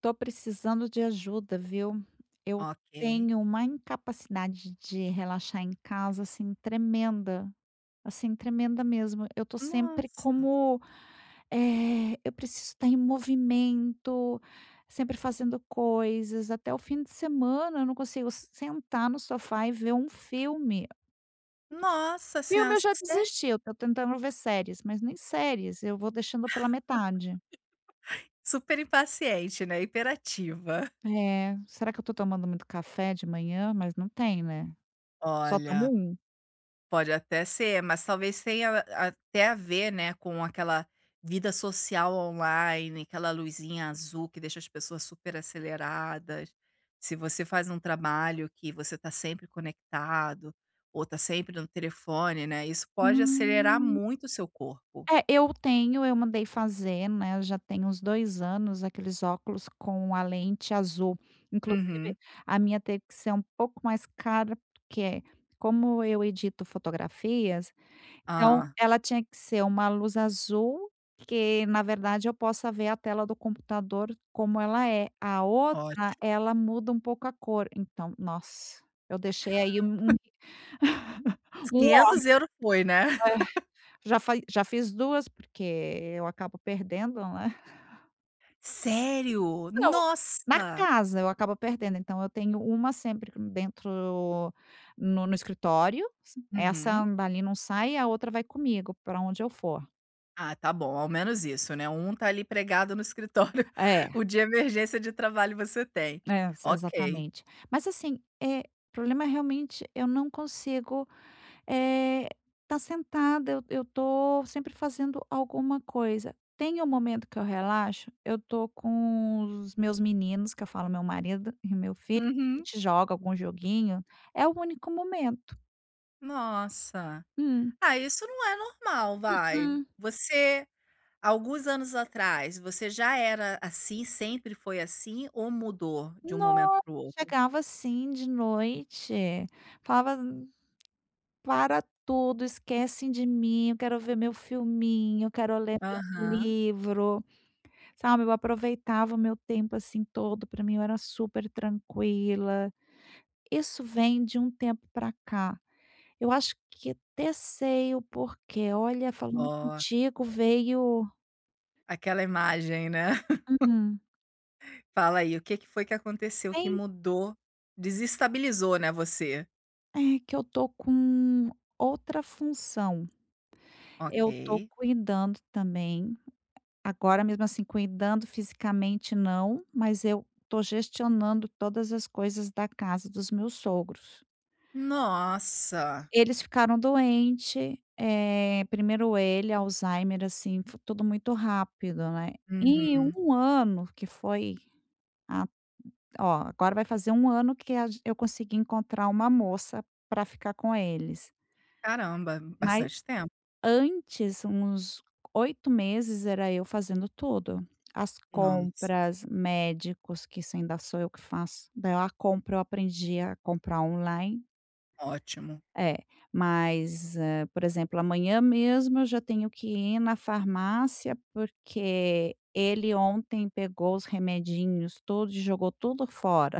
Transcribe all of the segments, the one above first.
Tô precisando de ajuda, viu? Eu Ok. tenho uma incapacidade de relaxar em casa, assim, tremenda. Assim, tremenda mesmo. Eu tô sempre Nossa. como, eu preciso estar em movimento, sempre fazendo coisas. Até o fim de semana eu não consigo sentar no sofá e ver um filme. F Nossa filme senhora, eu já sé desisti, eu tô tentando ver séries, mas nem séries, eu vou deixando pela metade. super impaciente, né, hiperativa. É, será que eu tô tomando muito café de manhã? Mas não tem, né? Só tomo Olha, um. pode até ser, mas talvez tenha até a ver, né, com aquela vida social online, aquela luzinha azul que deixa as pessoas super aceleradas. Se você faz um trabalho que você está sempre conectado, ou está sempre no telefone, né, isso pode acelerar Hum. muito o seu corpo. É, eu mandei fazer, né, já tem uns 2 anos, aqueles óculos com a lente azul. Inclusive, Uhum. a minha teve que ser um pouco mais cara, porque como eu edito fotografias, então, Ah, ela tinha que ser uma luz azul, que na verdade eu possa ver a tela do computador como ela é. A outra, ótimo. ela muda um pouco a cor. Então, nossa, eu deixei aí um ó 500 euros foi, né? é. Já fiz 2 porque eu acabo perdendo, né. Sério? Não, na Nossa! casa eu acabo perdendo, então eu tenho uma sempre dentro no escritório, Uhum. essa dali não sai, a outra vai comigo para onde eu for. Ah, tá bom, ao menos isso, né, um tá ali pregado no escritório, É. o de emergência de trabalho você tem. É, ex Ok. exatamente. Mas assim, o problema é realmente eu não consigo estar sentada, eu tô sempre fazendo alguma coisa. Tem um momento que eu relaxo, eu tô com os meus meninos, que eu falo meu marido e meu filho, a Uhum. gente joga algum joguinho, é o único momento. Nossa. Hum. Ah, isso não é normal, vai. Hum. Você alguns anos atrás, você já era assim, sempre foi assim ou mudou de um momento Nossa, para o outro? chegava assim de noite, falava: "Para tudo, esquecem de mim, eu quero ver meu filminho, eu quero ler meu Aham. livro". Sabe, eu aproveitava o meu tempo, assim, todo, para mim eu era super tranquila. Isso vem de um tempo para cá. Eu acho que até sei o porquê, olha, falando Ó, contigo veio. aquela imagem, né. Uhum. Fala aí, o que que foi que aconteceu que Tem mudou, desestabilizou, né, você? É que eu tô com outra função, Ok. eu tô cuidando também. Agora, mesmo assim, cuidando fisicamente não, mas eu estou gestionando todas as coisas da casa dos meus sogros. Nossa! Eles ficaram doentes, primeiro ele, Alzheimer, assim, foi tudo muito rápido, né. E Uhum. um ano que foi a agora vai fazer um ano que a gen eu consegui encontrar uma moça para ficar com eles, Caramba, mas bastante tempo. antes, uns 8 meses, era eu fazendo tudo. As Nossa, compras, médicos, que isso ainda sou eu que faço. Daí a compra eu aprendi a comprar online. ótimo. É, mas, por exemplo, amanhã mesmo eu já tenho que ir na farmácia, porque ele ontem pegou os remedinhos todos e jogou tudo fora.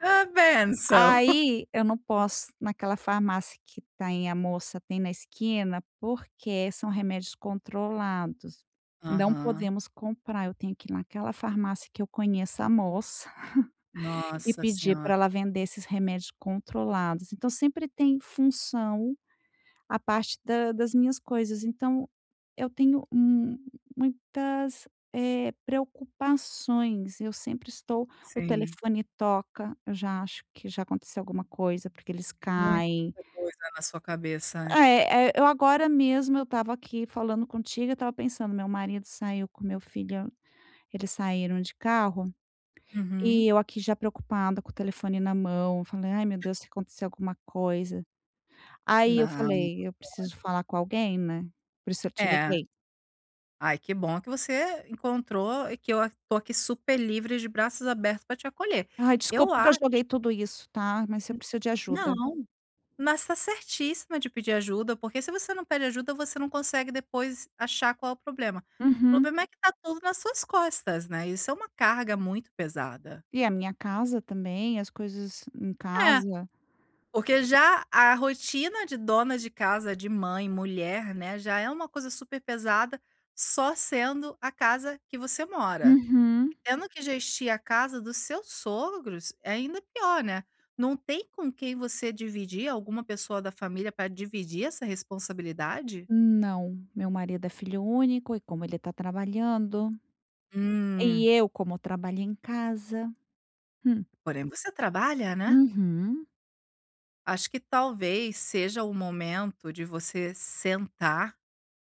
Ah, bênção! Aí eu não posso naquela farmácia que tem a moça, tem na esquina, porque são remédios controlados. Não Aham. podemos comprar, eu tenho que ir naquela farmácia que eu conheço a moça e Nossa pedir senhora, para ela vender esses remédios controlados. Então sempre tem função a parte da das minhas coisas. Então, eu tenho mu muitas, preocupações. Eu sempre estou. O sim. telefone toca, eu já acho que já aconteceu alguma coisa, porque eles Muita caem. coisa na sua cabeça, né. É, eu agora mesmo eu estava aqui falando contigo, eu estava pensando, meu marido saiu com meu filho, eles saíram de carro, e Uhum. eu aqui já preocupada com o telefone na mão, falei: "Ai, meu Deus, se acontecer alguma coisa". Aí eu Não, não falei: "Eu preciso pode. falar com alguém, né, por isso eu te É. liguei. Ai, que bom que você encontrou e que eu a tô aqui super livre de braços abertos para te acolher. Ai, Eu desculpa que eu acho joguei tudo isso, tá, mas eu preciso de ajuda". não. Mas tá certíssima de pedir ajuda, porque se você não pede ajuda, você não consegue depois achar qual é o problema. O Uhum. problema é que tá tudo nas suas costas, né, isso é uma carga muito pesada. E a minha casa também, as coisas em É, casa. porque já a rotina de dona de casa, de mãe, mulher, né, já é uma coisa super pesada, só sendo a casa que você mora. Uhum. Tendo que gestir a casa dos seus sogros, é ainda pior, né. Não tem com quem você dividir, alguma pessoa da família para dividir essa responsabilidade? Não, meu marido é filho único e como ele está trabalhando, e Hum, eu como trabalho em casa. Hum. porém você trabalha, né. Uhum, Acho que talvez seja o momento de você sentar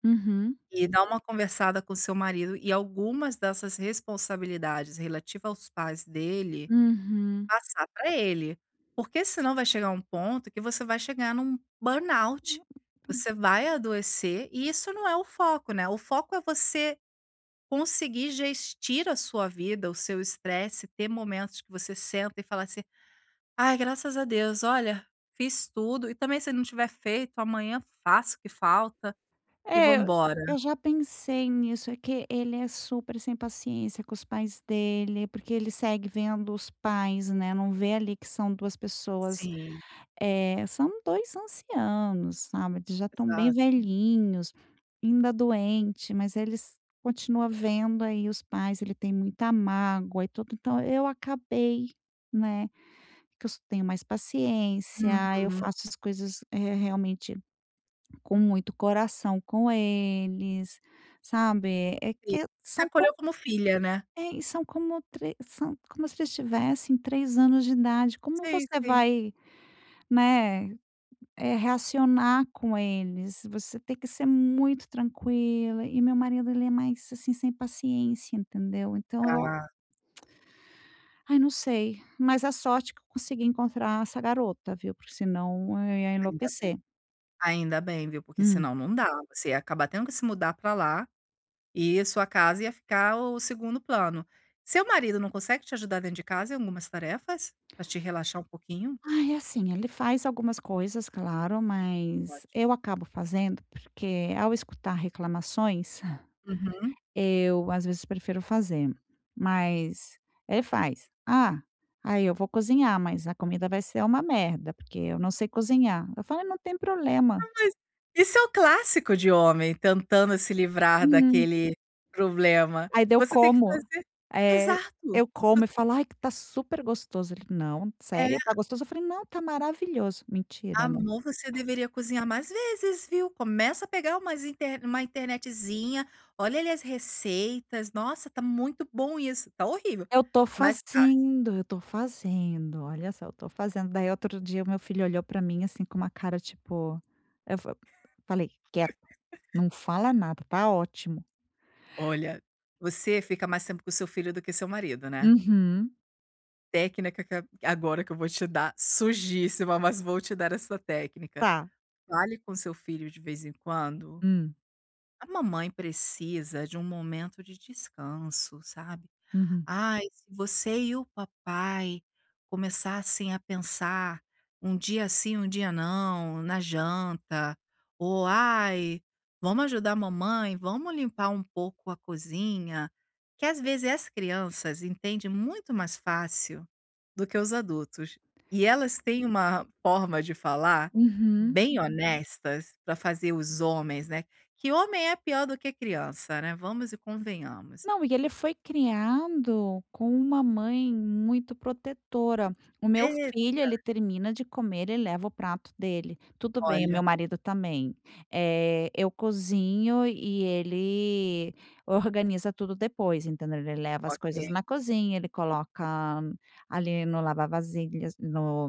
uhum, e dar uma conversada com seu marido e algumas dessas responsabilidades relativa aos pais dele, uhum. passar para ele. Porque senão vai chegar um ponto que você vai chegar num burnout, você vai adoecer e isso não é o foco, né. O foco é você conseguir gestir a sua vida, o seu estresse, ter momentos que você senta e fala assim: Ai, graças a Deus. Olha, fiz tudo e também se não tiver feito, amanhã faço o que falta e É, eu vambora. eu já pensei nisso, é que ele é super sem paciência com os pais dele, porque ele segue vendo os pais, né, não vê ali que são 2 pessoas, Sim, são 2 ancianos, sabe, eles já estão bem exato. velhinhos, ainda doente, mas eles continua vendo aí os pais, ele tem muita mágoa e tudo, então eu acabei, né, que eu s tenho mais paciência, eu Uhum. faço as coisas, realmente com muito coração com eles, sabe, é Sim. que Você são como acolheu como filha, né? é, são como tre são como se eles tivessem 3 anos de idade, como Sim, você sim. vai, né, reacionar com eles? Você tem que ser muito tranquila, e meu marido ele é mais, assim, sem paciência, entendeu. Então eu, Tá, ai, não sei, mas a sorte que eu consegui encontrar essa garota, viu, porque senão eu ia ainda bem. enlouquecer. Ainda bem, viu, porque Hum. senão não dá. Você ia acabar tendo que se mudar pra lá e sua casa ia ficar o segundo plano. Seu marido não consegue te ajudar dentro de casa em algumas tarefas? Pra te relaxar um pouquinho? Ai, é assim, ele faz algumas coisas, claro, mas Ótimo. eu acabo fazendo, porque ao escutar reclamações, Uhum. eu às vezes prefiro fazer. Mas ele faz: "Ah, aí eu vou cozinhar, mas a comida vai ser uma merda, porque eu não sei cozinhar". Eu falo: "Não tem problema". Mas isso é o clássico de homem tentando se livrar Hum. daquele problema. Aí, daí Você tem que fazer eh, exato. eu como e falo: "Ai, que tá super gostoso". Ele: "Não, É: sério, tá gostoso?". Eu falei: "Não, tá maravilhoso". Mentira, né? "Amor, você deveria cozinhar mais vezes, viu? Começa a pegar uma internetzinha, olha ali as receitas. Nossa, tá muito bom isso". Tá horrível, mas tá. Eu tô fazendo, olha só, eu tô fazendo. Daí outro dia o meu filho olhou pra mim, assim, com uma cara tipo, eu fa falei: "Quieto, não fala nada, tá ótimo". Olha, você fica mais tempo com o seu filho do que seu marido, né. "Uhum, Técnica que a Agora que eu vou te dar, sujíssima, mas vou te dar essa técnica. tá, Fale com seu filho de vez em quando. hum, A mamãe precisa de um momento de descanso, sabe? uhum, Ai, se você e o papai começassem a pensar um dia sim, um dia não, na janta, ou ai, vamos ajudar a mamãe, vamos limpar um pouco a cozinha, que às vezes as crianças entendem muito mais fácil do que os adultos. E elas têm uma forma de falar uhum". bem honestas para fazer os homens, né? Que homem é pior do que criança, né? Vamos e convenhamos. Não, e ele foi criado com uma mãe muito protetora. O meu E, filho, ele termina de comer, ele leva o prato dele. Tudo bem, o meu olha. marido também. Eu cozinho e ele organiza tudo depois, entendeu? Ele leva as coisas na Ok. cozinha, ele coloca ali no lava-vasilhas, no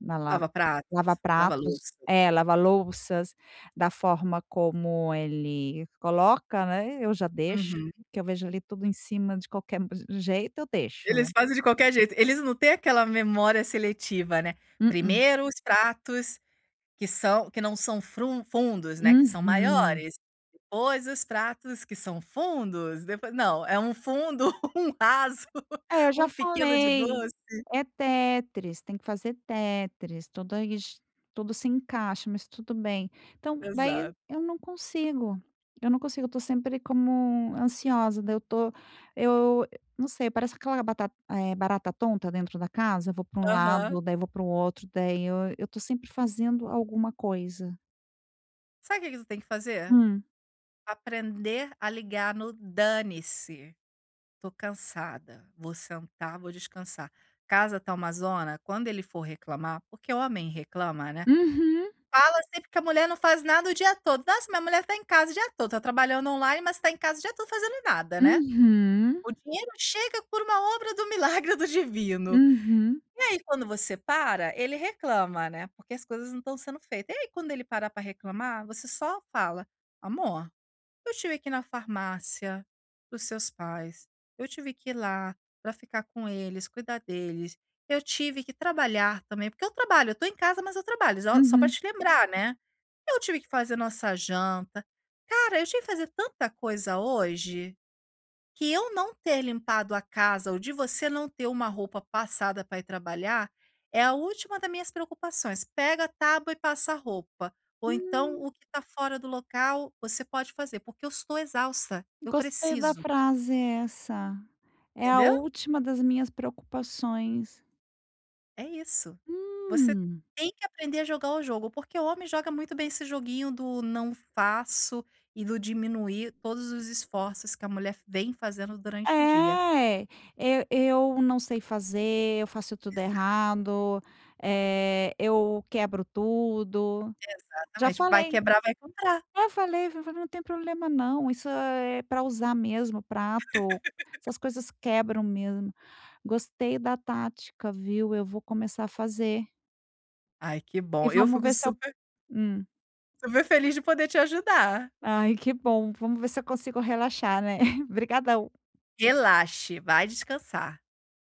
na la Lava pratos, lava lava-pratos, louças. é, lava-louças, da forma como ele coloca, né, eu já deixo. Uhum. Que eu vejo ali tudo em cima de qualquer jeito, eu deixo, né. Eles fazem de qualquer jeito. Eles não têm aquela memória seletiva, né. Mm-mm. Primeiro os pratos que são que não são frun fundos, né, que são Uhum. maiores, depois os pratos que são fundos, depois não, é um fundo, um raso, É, eu já um pequeno de falei. doce. É Tetris, tem que fazer Tetris, tudo aí j tudo se encaixa, mas tudo bem. Então, daí Exato. Eu não consigo, eu tô sempre como ansiosa, daí eu não sei, parece aquela barata tonta dentro da casa, eu vou pra um Aham. lado, daí vou para o outro, daí eu tô sempre fazendo alguma coisa. Sabe o que que tu tem que fazer? Hum. Aprender a ligar no "dane-se". Tô cansada, vou sentar, vou descansar. Casa tá uma zona, quando ele for reclamar, porque homem reclama, né? Uhum, Fala sempre que a mulher não faz nada o dia todo. Nossa, minha mulher tá em casa o dia todo, tá trabalhando online, mas tá em casa o dia todo fazendo nada, né? uhum. O dinheiro chega por uma obra do milagre do divino. Uhum, E aí, quando você para, ele reclama, né? Porque as coisas não estão sendo feitas. E aí, quando ele parar pra reclamar, você só fala: amor, eu tive que ir na farmácia dos seus pais, eu tive que ir lá para ficar com eles, cuidar deles, eu tive que trabalhar também, porque eu trabalho, eu tô em casa, mas eu trabalho, só pra uhum. te lembrar, né. Eu tive que fazer nossa janta. Cara, eu tive que fazer tanta coisa hoje. Que eu não ter limpado a casa ou de você não ter uma roupa passada para ir trabalhar, é a última das minhas preocupações, pega a tábua e passa a roupa, ou então Hum, o que está fora do local, você pode fazer, porque eu estou exausta, eu gostei da preciso, frase essa. É a entendeu? última das minhas preocupações. É isso. Você Hum. tem que aprender a jogar o jogo, porque o homem joga muito bem esse joguinho do não faço e do diminuir todos os esforços que a mulher vem fazendo durante o dia. É, eu não sei fazer, eu faço tudo errado, é, eu quebro tudo. Já Exatamente, vai falei. quebrar, vai comprar. É, eu falei: "Não tem problema não, isso é para usar mesmo, prato, essas coisas quebram mesmo". Gostei da tática, viu, eu vou começar a fazer. Ai, que E bom. Eu vamos fico ver se eu. super Hum. super feliz de poder te ajudar. Ai, que bom. Vamos ver se eu consigo relaxar, né. Obrigadão. Relaxe, vai descansar.